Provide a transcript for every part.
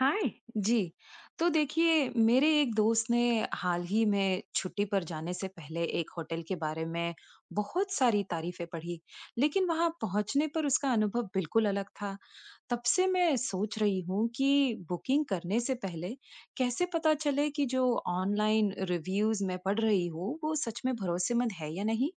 हाय। जी। तो देखिए मेरे एक दोस्त ने हाल ही में छुट्टी पर जाने से पहले एक होटल के बारे में बहुत सारी तारीफें पढ़ी। लेकिन वहां पहुंचने पर उसका अनुभव बिल्कुल अलग था। तब से मैं सोच रही हूँ कि बुकिंग करने से पहले कैसे पता चले कि जो ऑनलाइन रिव्यूज मैं पढ़ रही हूँ वो सच में भरोसेमंद है या नहीं।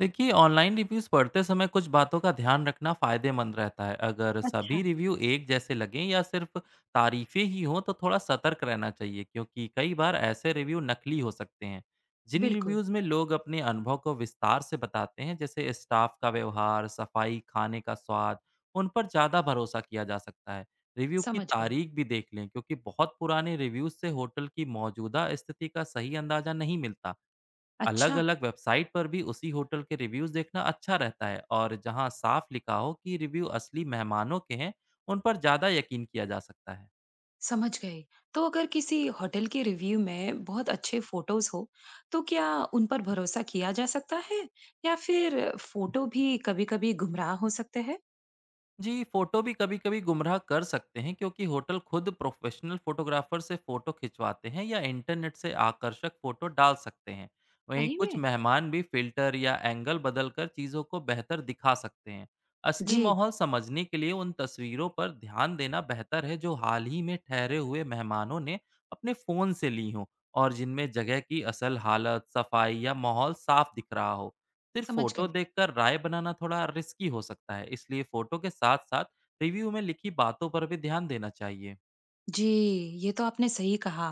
देखिए, ऑनलाइन रिव्यूज़ पढ़ते समय कुछ बातों का ध्यान रखना फ़ायदेमंद रहता है। अगर सभी अच्छा। रिव्यू एक जैसे लगें या सिर्फ तारीफ़ें ही हों तो थोड़ा सतर्क रहना चाहिए, क्योंकि कई बार ऐसे रिव्यू नकली हो सकते हैं। जिन बिल्कुल। रिव्यूज़ में लोग अपने अनुभव को विस्तार से बताते हैं, जैसे स्टाफ का व्यवहार, सफाई, खाने का स्वाद, उन पर ज़्यादा भरोसा किया जा सकता है। रिव्यू की समझ गई। तारीख भी देख लें, क्योंकि बहुत पुराने रिव्यूज़ से होटल की मौजूदा स्थिति का सही अंदाज़ा नहीं मिलता। अच्छा। अलग-अलग वेबसाइट पर भी उसी होटल के रिव्यूज़ देखना अच्छा रहता है, और जहां साफ लिखा हो कि रिव्यू असली मेहमानों के हैं, उन पर ज़्यादा यकीन किया जा सकता है। समझ गई। तो अगर किसी होटल के रिव्यू में बहुत अच्छे फोटोज हो, तो क्या उन पर भरोसा किया जा सकता है? या फिर फोटो भी कभी-कभी गुमराह हो सकते हैं? जी, फोटो भी कभी-कभी गुमराह कर सकते हैं, क्योंकि होटल खुद प्रोफेशनल फोटोग्राफर से फोटो खिंचवाते हैं या इंटरनेट से आकर्षक फोटो डाल सकते हैं। वहीं सही कुछ में? मेहमान भी फ़िल्टर या एंगल बदलकर चीज़ों को बेहतर दिखा सकते हैं। असली जी। माहौल समझने के लिए उन तस्वीरों पर ध्यान देना बेहतर है जो हाल ही में ठहरे हुए मेहमानों ने अपने फ़ोन से ली हों और जिनमें जगह की असल हालत, सफाई या माहौल साफ दिख रहा हो। सिर्फ समझ फोटो गई। देखकर राय बनाना थोड़ा रिस्की हो सकता है, इसलिए फोटो के साथ-साथ रिव्यू में लिखी बातों पर भी ध्यान देना चाहिए। जी, ये तो आपने सही कहा।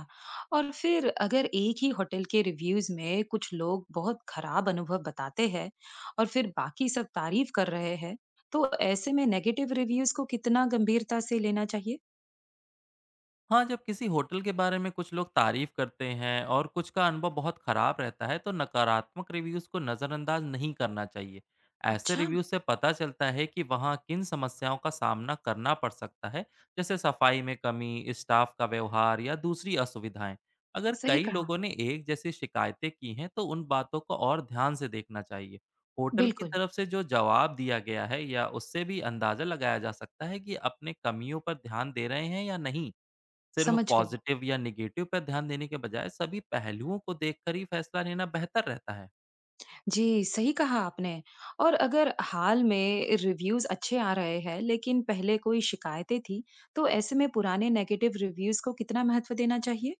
और फिर अगर एक ही होटल के रिव्यूज में कुछ लोग बहुत खराब अनुभव बताते हैं और फिर बाकी सब तारीफ कर रहे हैं, तो ऐसे में नेगेटिव रिव्यूज को कितना गंभीरता से लेना चाहिए? हाँ, जब किसी होटल के बारे में कुछ लोग तारीफ करते हैं और कुछ का अनुभव बहुत खराब रहता है, तो नकारात्मक रिव्यूज को नजरअंदाज नहीं करना चाहिए। ऐसे अच्छा। रिव्यूज से पता चलता है कि वहाँ किन समस्याओं का सामना करना पड़ सकता है, जैसे सफाई में कमी, स्टाफ का व्यवहार या दूसरी असुविधाएं। अगर सही कई कहा। लोगों ने एक जैसी शिकायतें की हैं, तो उन बातों को और ध्यान से देखना चाहिए। होटल की बिल्कुल। तरफ से जो जवाब दिया गया है, या उससे भी अंदाजा लगाया जा सकता है कि अपने कमियों पर ध्यान दे रहे हैं या नहीं। सिर्फ समझ गई। पॉजिटिव या नेगेटिव पर ध्यान देने के बजाय सभी पहलुओं को देखकर ही फैसला लेना बेहतर रहता है। जी, सही कहा आपने। और अगर हाल में रिव्यूज़ अच्छे आ रहे हैं, लेकिन पहले कोई शिकायतें थी, तो ऐसे में पुराने नेगेटिव रिव्यूज़ को कितना महत्व देना चाहिए?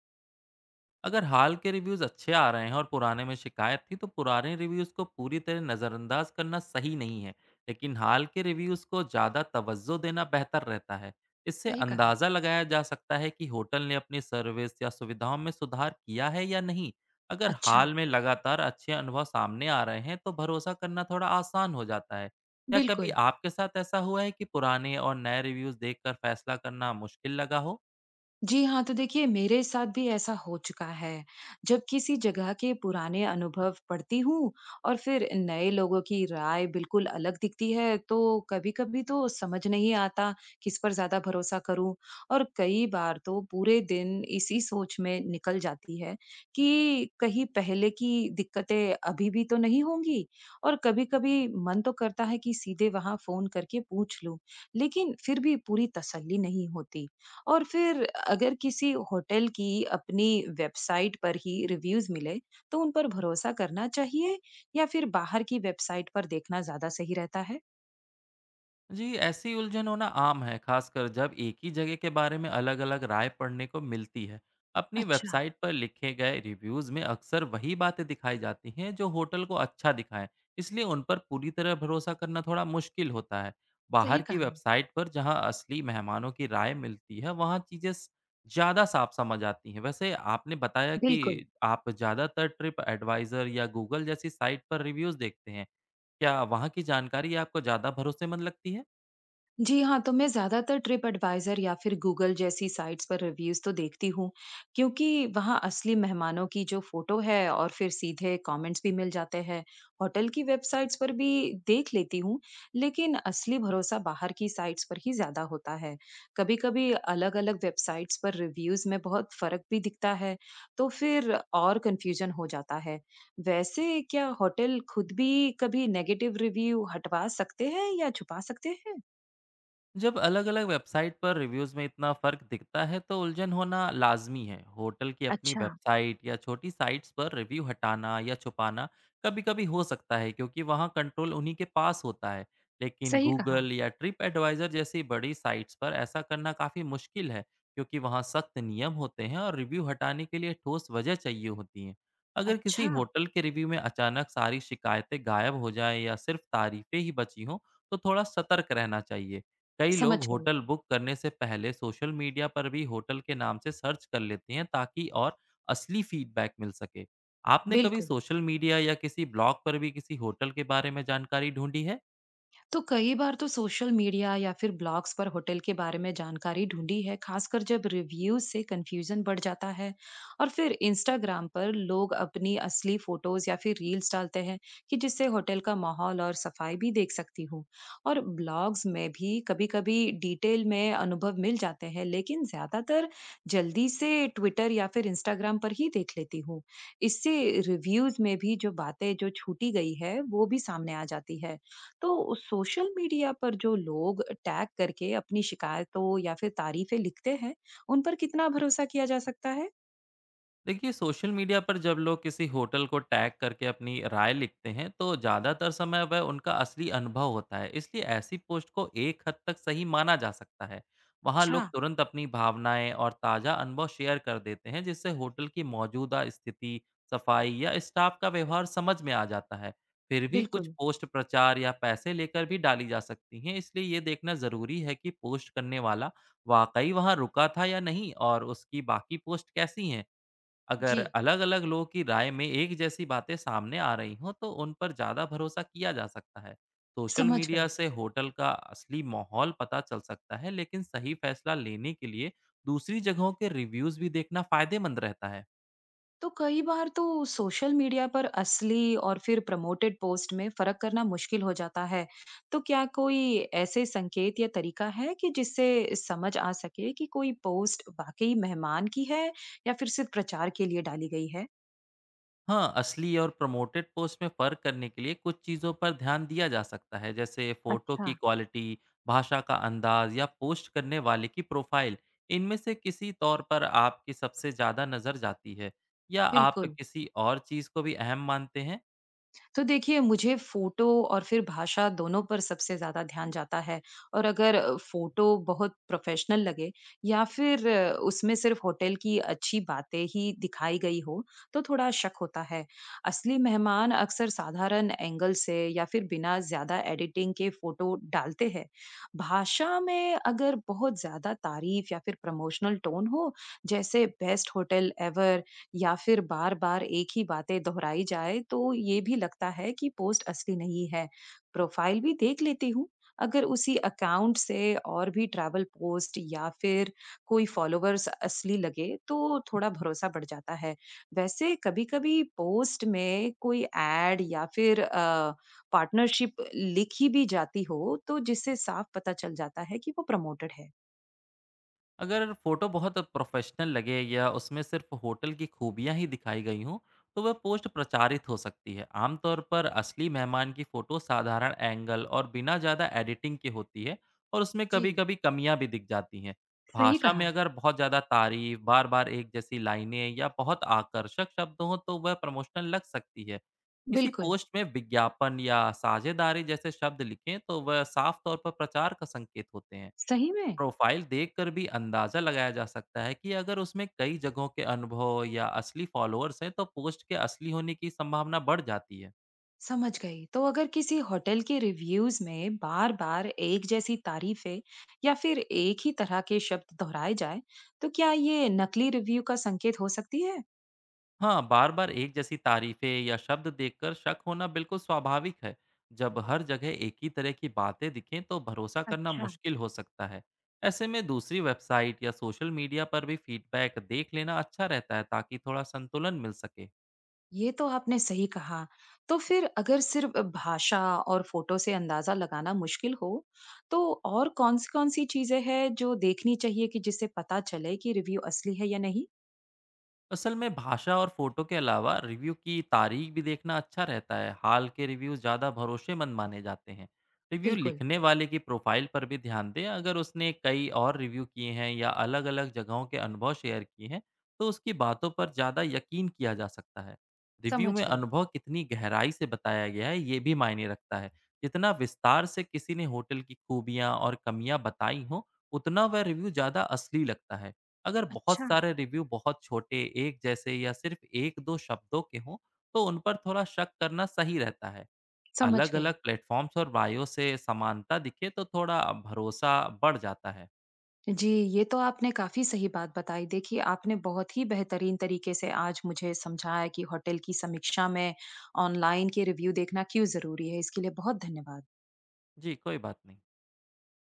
अगर हाल के रिव्यूज़ अच्छे आ रहे हैं और पुराने में शिकायत थी, तो पुराने रिव्यूज़ को पूरी तरह नज़रअंदाज करना सही नहीं है, लेकिन हाल के रिव्यूज़ को ज़्यादा तवज्जो देना बेहतर रहता है। इससे सही कहा। अंदाज़ा लगाया जा सकता है कि होटल ने अपनी सर्विस या सुविधाओं में सुधार किया है या नहीं। अगर अच्छा। हाल में लगातार अच्छे अनुभव सामने आ रहे हैं तो भरोसा करना थोड़ा आसान हो जाता है। क्या कभी बिल्कुल। आपके साथ ऐसा हुआ है कि पुराने और नए रिव्यूज़ देखकर फैसला करना मुश्किल लगा हो? जी हाँ, तो देखिए मेरे साथ भी ऐसा हो चुका है। जब किसी जगह के पुराने अनुभव पढ़ती हूँ और फिर नए लोगों की राय बिल्कुल अलग दिखती है, तो कभी-कभी तो समझ नहीं आता किस पर ज़्यादा भरोसा करूँ। और कई बार तो पूरे दिन इसी सोच में निकल जाती है कि कहीं पहले की दिक्कतें अभी भी तो नहीं होंगी? और कभी-कभी मन तो करता है कि सीधे वहाँ फ़ोन करके पूछ लूँ, लेकिन फिर भी पूरी तसल्ली नहीं होती। और फिर अगर किसी होटल की अपनी वेबसाइट पर ही रिव्यूज मिले तो उन पर भरोसा करना चाहिए या फिर बाहर की वेबसाइट पर देखना ज्यादा सही रहता है। जी, ऐसी उलझन होना आम है, खासकर जब एक ही जगह के बारे में अलग-अलग राय पढ़ने को मिलती है। अपनी अच्छा। वेबसाइट पर लिखे गए रिव्यूज़ में अक्सर वही बातें दिखाई जाती हैं जो होटल को अच्छा दिखाएँ, इसलिए उन पर पूरी तरह भरोसा करना थोड़ा मुश्किल होता है। सही बाहर की कहा। वेबसाइट पर जहाँ असली मेहमानों की राय मिलती है, वहाँ चीज़ें स ज़्यादा साफ समझ आती हैं। वैसे आपने बताया कि बिल्कुल। आप ज़्यादातर ट्रिप एडवाइज़र या गूगल जैसी साइट पर रिव्यूज़ देखते हैं। क्या वहाँ की जानकारी आपको ज़्यादा भरोसेमंद लगती है? जी हाँ, तो मैं ज़्यादातर ट्रिप एडवाइज़र या फिर गूगल जैसी साइट्स पर रिव्यूज़ तो देखती हूँ, क्योंकि वहाँ असली मेहमानों की जो फ़ोटो है और फिर सीधे कमेंट्स भी मिल जाते हैं। होटल की वेबसाइट्स पर भी देख लेती हूँ, लेकिन असली भरोसा बाहर की साइट्स पर ही ज़्यादा होता है। कभी-कभी अलग-अलग वेबसाइट्स पर रिव्यूज़ में बहुत फ़र्क भी दिखता है, तो फिर और कन्फ्यूजन हो जाता है। वैसे क्या होटल खुद भी कभी नेगेटिव रिव्यू हटवा सकते हैं या छुपा सकते हैं? जब अलग-अलग वेबसाइट पर रिव्यूज़ में इतना फ़र्क दिखता है तो उलझन होना लाज़मी है। होटल की अपनी अच्छा। वेबसाइट या छोटी साइट्स पर रिव्यू हटाना या छुपाना कभी-कभी हो सकता है, क्योंकि वहाँ कंट्रोल उन्हीं के पास होता है। लेकिन सही कहा। गूगल या ट्रिप एडवाइज़र जैसी बड़ी साइट्स पर ऐसा करना काफ़ी मुश्किल है, क्योंकि वहाँ सख्त नियम होते हैं और रिव्यू हटाने के लिए ठोस वजह चाहिए होती है। अगर किसी अच्छा। होटल के रिव्यू में अचानक सारी शिकायतें गायब हो जाएँ या सिर्फ़ तारीफ़ें ही बची हों, तो थोड़ा सतर्क रहना चाहिए। कई लोग समझ गई। होटल बुक करने से पहले सोशल मीडिया पर भी होटल के नाम से सर्च कर लेते हैं, ताकि और असली फीडबैक मिल सके। आपने कभी बिल्कुल। सोशल मीडिया या किसी ब्लॉग पर भी किसी होटल के बारे में जानकारी ढूंढी है? तो कई बार तो सोशल मीडिया या फिर ब्लॉग्स पर होटल के बारे में जानकारी ढूंढी है, खासकर जब रिव्यू से कंफ्यूजन बढ़ जाता है। और फिर इंस्टाग्राम पर लोग अपनी असली फोटोज या फिर रील्स डालते हैं कि जिससे होटल का माहौल और सफाई भी देख सकती हूँ। और ब्लॉग्स में भी कभी कभी डिटेल में अनुभव मिल जाते हैं, लेकिन ज्यादातर जल्दी से ट्विटर या फिर इंस्टाग्राम पर ही देख लेती हूँ। इससे रिव्यूज में भी जो बातें जो छूटी गई है वो भी सामने आ जाती है। तो सोशल मीडिया पर जो लोग टैग करके अपनी शिकायतों या फिर तारीफें लिखते हैं, उन पर कितना भरोसा किया जा सकता है? देखिए, सोशल मीडिया पर जब लोग किसी होटल को टैग करके अपनी राय लिखते हैं तो ज़्यादातर समय वह उनका असली अनुभव होता है, इसलिए ऐसी पोस्ट को एक हद तक सही माना जा सकता है। वहाँ अच्छा। लोग तुरंत अपनी भावनाएं और ताज़ा अनुभव शेयर कर देते हैं, जिससे होटल की मौजूदा स्थिति, सफाई या स्टाफ का व्यवहार समझ में आ जाता है। फिर भी कुछ बिल्कुल। पोस्ट प्रचार या पैसे लेकर भी डाली जा सकती हैं, इसलिए ये देखना ज़रूरी है कि पोस्ट करने वाला वाकई वहाँ रुका था या नहीं और उसकी बाकी पोस्ट कैसी हैं। अगर जी। अलग-अलग लोगों की राय में एक जैसी बातें सामने आ रही हों, तो उन पर ज़्यादा भरोसा किया जा सकता है। सोशल समझ मीडिया गए। से होटल का असली माहौल पता चल सकता है, लेकिन सही फैसला लेने के लिए दूसरी जगहों के रिव्यूज़ भी देखना फ़ायदेमंद रहता है। तो कई बार तो सोशल मीडिया पर असली और फिर प्रमोटेड पोस्ट में फर्क करना मुश्किल हो जाता है। तो क्या कोई ऐसे संकेत या तरीका है कि जिससे समझ आ सके कि कोई पोस्ट वाकई मेहमान की है या फिर सिर्फ प्रचार के लिए डाली गई है? हाँ, असली और प्रमोटेड पोस्ट में फ़र्क करने के लिए कुछ चीज़ों पर ध्यान दिया जा सकता है, जैसे फ़ोटो अच्छा। की क्वालिटी, भाषा का अंदाज़ या पोस्ट करने वाले की प्रोफ़ाइल। इनमें से किसी तौर पर आपकी सबसे ज़्यादा नज़र जाती है, या आप बिल्कुल। किसी और चीज़ को भी अहम मानते हैं? तो देखिए मुझे फ़ोटो और फिर भाषा दोनों पर सबसे ज़्यादा ध्यान जाता है। और अगर फ़ोटो बहुत प्रोफ़ेशनल लगे या फिर उसमें सिर्फ़ होटल की अच्छी बातें ही दिखाई गई हो, तो थोड़ा शक होता है। असली मेहमान अक्सर साधारण एंगल से या फिर बिना ज़्यादा एडिटिंग के फ़ोटो डालते हैं। भाषा में अगर बहुत ज़्यादा तारीफ़ या फिर प्रमोशनल टोन हो, जैसे बेस्ट होटल एवर या फिर बार-बार एक ही बातें दोहराई जाए तो ये भी लगता है कि पोस्ट असली नहीं है। प्रोफाइल भी देख लेती हूँ, अगर उसी अकाउंट से और भी ट्रैवल पोस्ट या फिर कोई फॉलोवर्स असली लगे तो थोड़ा भरोसा बढ़ जाता है। वैसे कभी-कभी पोस्ट में कोई ऐड या फिर पार्टनरशिप लिखी भी जाती हो तो जिससे साफ पता चल जाता है कि वो प्रमोटेड है। अगर फोटो बहुत प्रोफेशनल लगे या उसमें सिर्फ होटल की खूबियां ही दिखाई गई हों तो वह पोस्ट प्रचारित हो सकती है। आमतौर पर असली मेहमान की फोटो साधारण एंगल और बिना ज़्यादा एडिटिंग की होती है, और उसमें कभी जी। कभी कमियां भी दिख जाती हैं। सही भाषा में कहा, अगर बहुत ज़्यादा तारीफ, बार बार एक जैसी लाइनें या बहुत आकर्षक शब्द हों तो वह प्रमोशनल लग सकती है। किसी बिल्कुल। पोस्ट में विज्ञापन या साझेदारी जैसे शब्द लिखें तो वह साफ तौर पर प्रचार का संकेत होते हैं। सही में? प्रोफाइल देखकर भी अंदाज़ा लगाया जा सकता है कि अगर उसमें कई जगहों के अनुभव या असली फॉलोअर्स हैं, तो पोस्ट के असली होने की संभावना बढ़ जाती है। समझ गई। तो अगर किसी होटल के रिव्यूज में बार-बार एक जैसी तारीफें या फिर एक ही तरह के शब्द दोहराए जाए, तो क्या ये नकली रिव्यू का संकेत हो सकती है? हाँ, बार-बार एक जैसी तारीफ़ें या शब्द देखकर शक होना बिल्कुल स्वाभाविक है। जब हर जगह एक ही तरह की बातें दिखें, तो भरोसा करना अच्छा। मुश्किल हो सकता है। ऐसे में दूसरी वेबसाइट या सोशल मीडिया पर भी फीडबैक देख लेना अच्छा रहता है, ताकि थोड़ा संतुलन मिल सके। ये तो आपने सही कहा। तो फिर अगर सिर्फ भाषा और फोटो से अंदाजा लगाना मुश्किल हो, तो और कौन-कौन सी कौन सी चीजें हैं जो देखनी चाहिए कि जिससे पता चले कि रिव्यू असली है या नहीं? असल में भाषा और फोटो के अलावा रिव्यू की तारीख भी देखना अच्छा रहता है। हाल के रिव्यू ज़्यादा भरोसेमंद माने जाते हैं। रिव्यू बिल्कुल, लिखने वाले की प्रोफाइल पर भी ध्यान दें। अगर उसने कई और रिव्यू किए हैं या अलग अलग जगहों के अनुभव शेयर किए हैं तो उसकी बातों पर ज़्यादा यकीन किया जा सकता है। रिव्यू समझ में गई। अनुभव कितनी गहराई से बताया गया है ये भी मायने रखता है। जितना विस्तार से किसी ने होटल की खूबियाँ और कमियाँ बताई हों, उतना वह रिव्यू ज़्यादा असली लगता है। अगर बहुत अच्छा। सारे रिव्यू बहुत छोटे, एक जैसे या सिर्फ 1-2 शब्दों के हों, तो उन पर थोड़ा शक करना सही रहता है। समझ गई। अलग-अलग प्लेटफ़ॉर्म्स और बायो से समानता दिखे तो थोड़ा भरोसा बढ़ जाता है। जी, ये तो आपने काफ़ी सही बात बताई। देखिए, आपने बहुत ही बेहतरीन तरीके से आज मुझे समझाया कि होटल की समीक्षा में ऑनलाइन के रिव्यू देखना क्यों ज़रूरी है। इसके लिए बहुत धन्यवाद। जी, कोई बात नहीं।